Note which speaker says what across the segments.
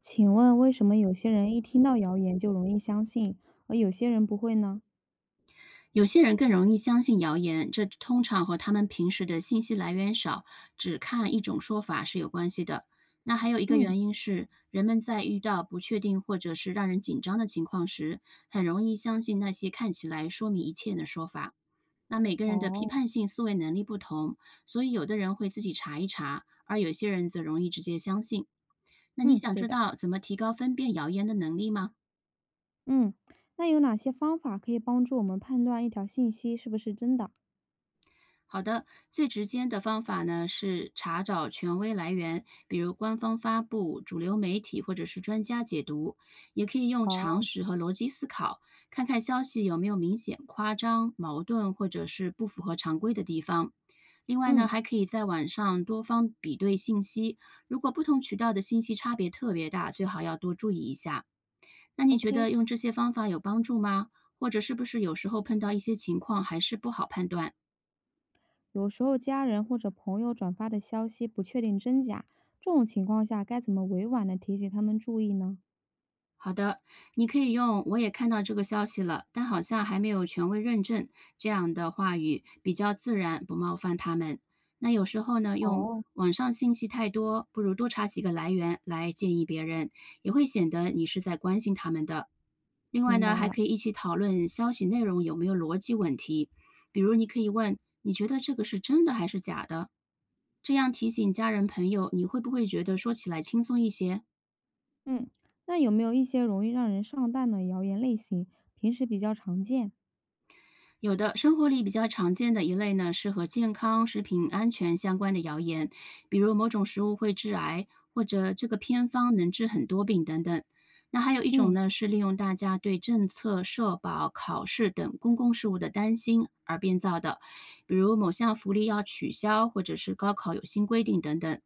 Speaker 1: 请问为什么有些人一听到谣言就容易相信，而有些人不会呢？
Speaker 2: 有些人更容易相信谣言，这通常和他们平时的信息来源少，只看一种说法是有关系的。那还有一个
Speaker 1: 嗯，
Speaker 2: 原因是，人们在遇到不确定或者是让人紧张的情况时，很容易相信那些看起来说明一切的说法。那每个人的批
Speaker 1: 哦，
Speaker 2: 判性思维能力不同，所以有的人会自己查一查，而有些人则容易直接相信。那你
Speaker 1: 嗯，
Speaker 2: 想
Speaker 1: 对
Speaker 2: 知
Speaker 1: 的，
Speaker 2: 道怎么提高分辨谣言的能力吗？
Speaker 1: 嗯，那有哪些方法可以帮助我们判断一条信息是不是真的？
Speaker 2: 好的，最直接的方法呢是查找权威来源，比如官方发布、主流媒体或者是专家解读，也可以用常
Speaker 1: 哦，
Speaker 2: 识和逻辑思考，看看消息有没有明显夸张、矛盾或者是不符合常规的地方。另外呢，
Speaker 1: 嗯
Speaker 2: 还可以在网上多方比对信息，如果不同渠道的信息差别特别大，最好要多注意一下。那你觉得
Speaker 1: ，OK。
Speaker 2: 用这些方法有帮助吗？或者是不是有时候碰到一些情况还是不好判断？
Speaker 1: 有时候家人或者朋友转发的消息不确定真假，这种情况下该怎么委婉的提醒他们注意呢？
Speaker 2: 好的，你可以用“我也看到这个消息了，但好像还没有权威认证”这样的话语，比较自然，不冒犯他们。那有时候呢，用
Speaker 1: 哦，
Speaker 2: “网上信息太多，不如多查几个来源”来建议别人，也会显得你是在关心他们的。另外
Speaker 1: 明
Speaker 2: 呢，
Speaker 1: 白
Speaker 2: 还
Speaker 1: 了。
Speaker 2: 可以一起讨论消息内容有没有逻辑问题，比如你可以问：“你觉得这个是真的还是假的？”这样提醒家人朋友，你会不会觉得说起来轻松一些？
Speaker 1: 嗯，那有没有一些容易让人上当的谣言类型，平时比较常见？
Speaker 2: 有的生活里比较常见的一类呢，是和健康、食品安全相关的谣言，比如某种食物会致癌，或者这个偏方能治很多病等等。那还有一种
Speaker 1: 嗯，
Speaker 2: 呢，是利用大家对政策、社保、考试等公共事务的担心而编造的，比如某项福利要取消，或者是高考有新规定等等。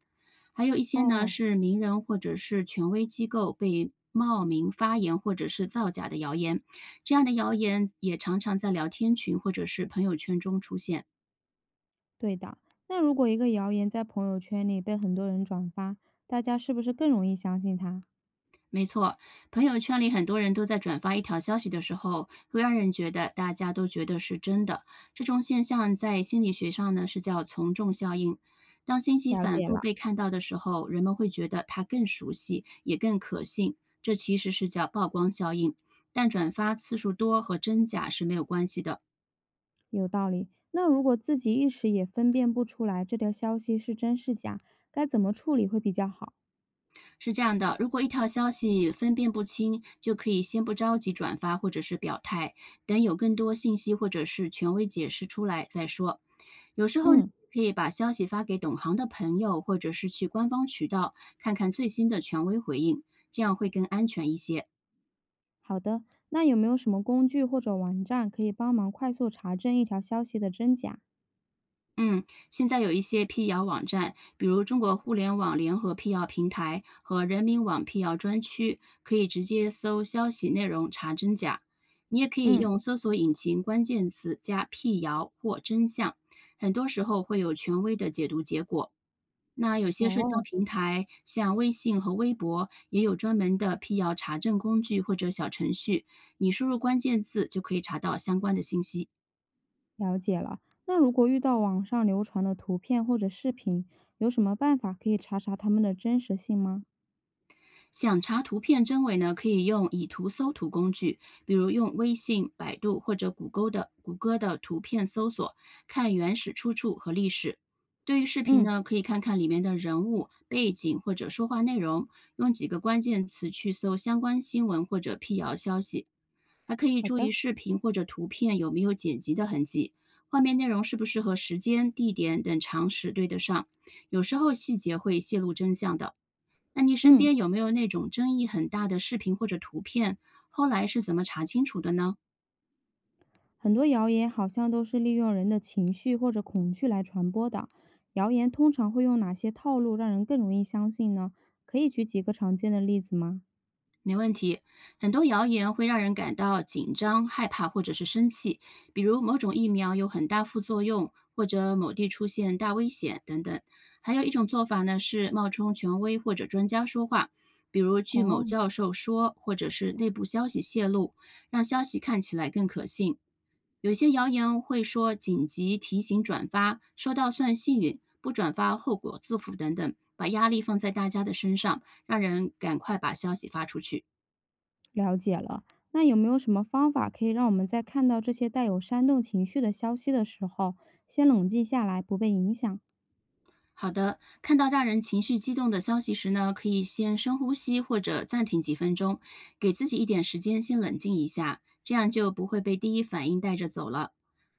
Speaker 2: 还有一些呢
Speaker 1: 哦，
Speaker 2: 是名人或者是权威机构被冒名发言或者是造假的谣言。这样的谣言也常常在聊天群或者是朋友圈中出现。
Speaker 1: 对的。那如果一个谣言在朋友圈里被很多人转发，大家是不是更容易相信它？
Speaker 2: 没错，朋友圈里很多人都在转发一条消息的时候，会让人觉得大家都觉得是真的。这种现象在心理学上呢是叫从众效应。当信息
Speaker 1: 了
Speaker 2: 反
Speaker 1: 解
Speaker 2: 复
Speaker 1: 了，
Speaker 2: 被看到的时候，人们会觉得它更熟悉，也更可信。这其实是叫曝光效应。但转发次数多和真假是没有关系的。
Speaker 1: 有道理。那如果自己一时也分辨不出来这条消息是真是假，该怎么处理会比较好？
Speaker 2: 是这样的，如果一条消息分辨不清，就可以先不着急转发或者是表态，等有更多信息或者是权威解释出来再说。有时候呢
Speaker 1: 嗯，
Speaker 2: 可以把消息发给懂行的朋友，或者是去官方渠道看看最新的权威回应，这样会更安全一些。
Speaker 1: 好的。那有没有什么工具或者网站可以帮忙快速查证一条消息的真假？
Speaker 2: 嗯，现在有一些辟谣网站，比如中国互联网联合辟谣平台和人民网辟谣专区，可以直接搜消息内容查真假。你也可以
Speaker 1: 嗯，
Speaker 2: 用搜索引擎关键词加辟谣或真相，很多时候会有权威的解读结果。那有些社交
Speaker 1: 哦，
Speaker 2: 平台，像微信和微博，也有专门的辟谣查证工具或者小程序，你输入关键字就可以查到相关的信息。
Speaker 1: 了解了。那如果遇到网上流传的图片或者视频，有什么办法可以查查它们的真实性吗？
Speaker 2: 想查图片真伪呢，可以用以图搜图工具，比如用微信、百度或者谷歌的图片搜索，看原始出处和历史。对于视频
Speaker 1: 嗯，
Speaker 2: 呢，可以看看里面的人物背景或者说话内容，用几个关键词去搜相关新闻或者辟谣消息。还可以
Speaker 1: 好
Speaker 2: 注意
Speaker 1: 的。
Speaker 2: 视频或者图片有没有剪辑的痕迹，画面内容是不是和时间、地点等常识对得上。有时候细节会泄露真相的。那你身
Speaker 1: 嗯。
Speaker 2: 边有没有那种争议很大的视频或者图片，后来是怎么查清楚的呢？
Speaker 1: 很多谣言好像都是利用人的情绪或者恐惧来传播的。谣言通常会用哪些套路让人更容易相信呢？可以举几个常见的例子吗？
Speaker 2: 没问题，很多谣言会让人感到紧张、害怕或者是生气，比如某种疫苗有很大副作用，或者某地出现大危险等等。还有一种做法呢是冒充权威或者专家说话，比如据某
Speaker 1: 哦，
Speaker 2: 教授说，或者是内部消息泄露，让消息看起来更可信。有些谣言会说紧急提醒转发，收到算幸运，不转发后果自负等等，把压力放在大家的身上，让人赶快把消息发出去。
Speaker 1: 了解了。那有没有什么方法可以让我们在看到这些带有煽动情绪的消息的时候，先冷静下来，不被影响？
Speaker 2: 好的，看到让人情绪激动的消息时呢，可以先深呼吸或者暂停几分钟，给自己一点时间先冷静一下，这样就不会被第一反应带着走了。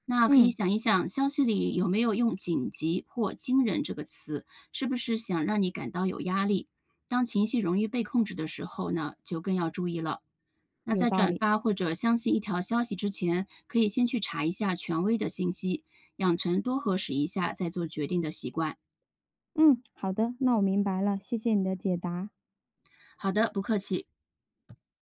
Speaker 2: 那可以
Speaker 1: 嗯，
Speaker 2: 想一想，消息里有没有用“紧急”或“惊人”这个词，是不是想让你感到有压力？当情绪容易被控制的时候呢，就更要注意了。那
Speaker 1: 有
Speaker 2: 在
Speaker 1: 道
Speaker 2: 转
Speaker 1: 理。
Speaker 2: 发或者相信一条消息之前，可以先去查一下权威的信息，养成多核实一下再做决定的习惯。
Speaker 1: 嗯，好的，那我明白了，谢谢你的解答。
Speaker 2: 好的，不客气。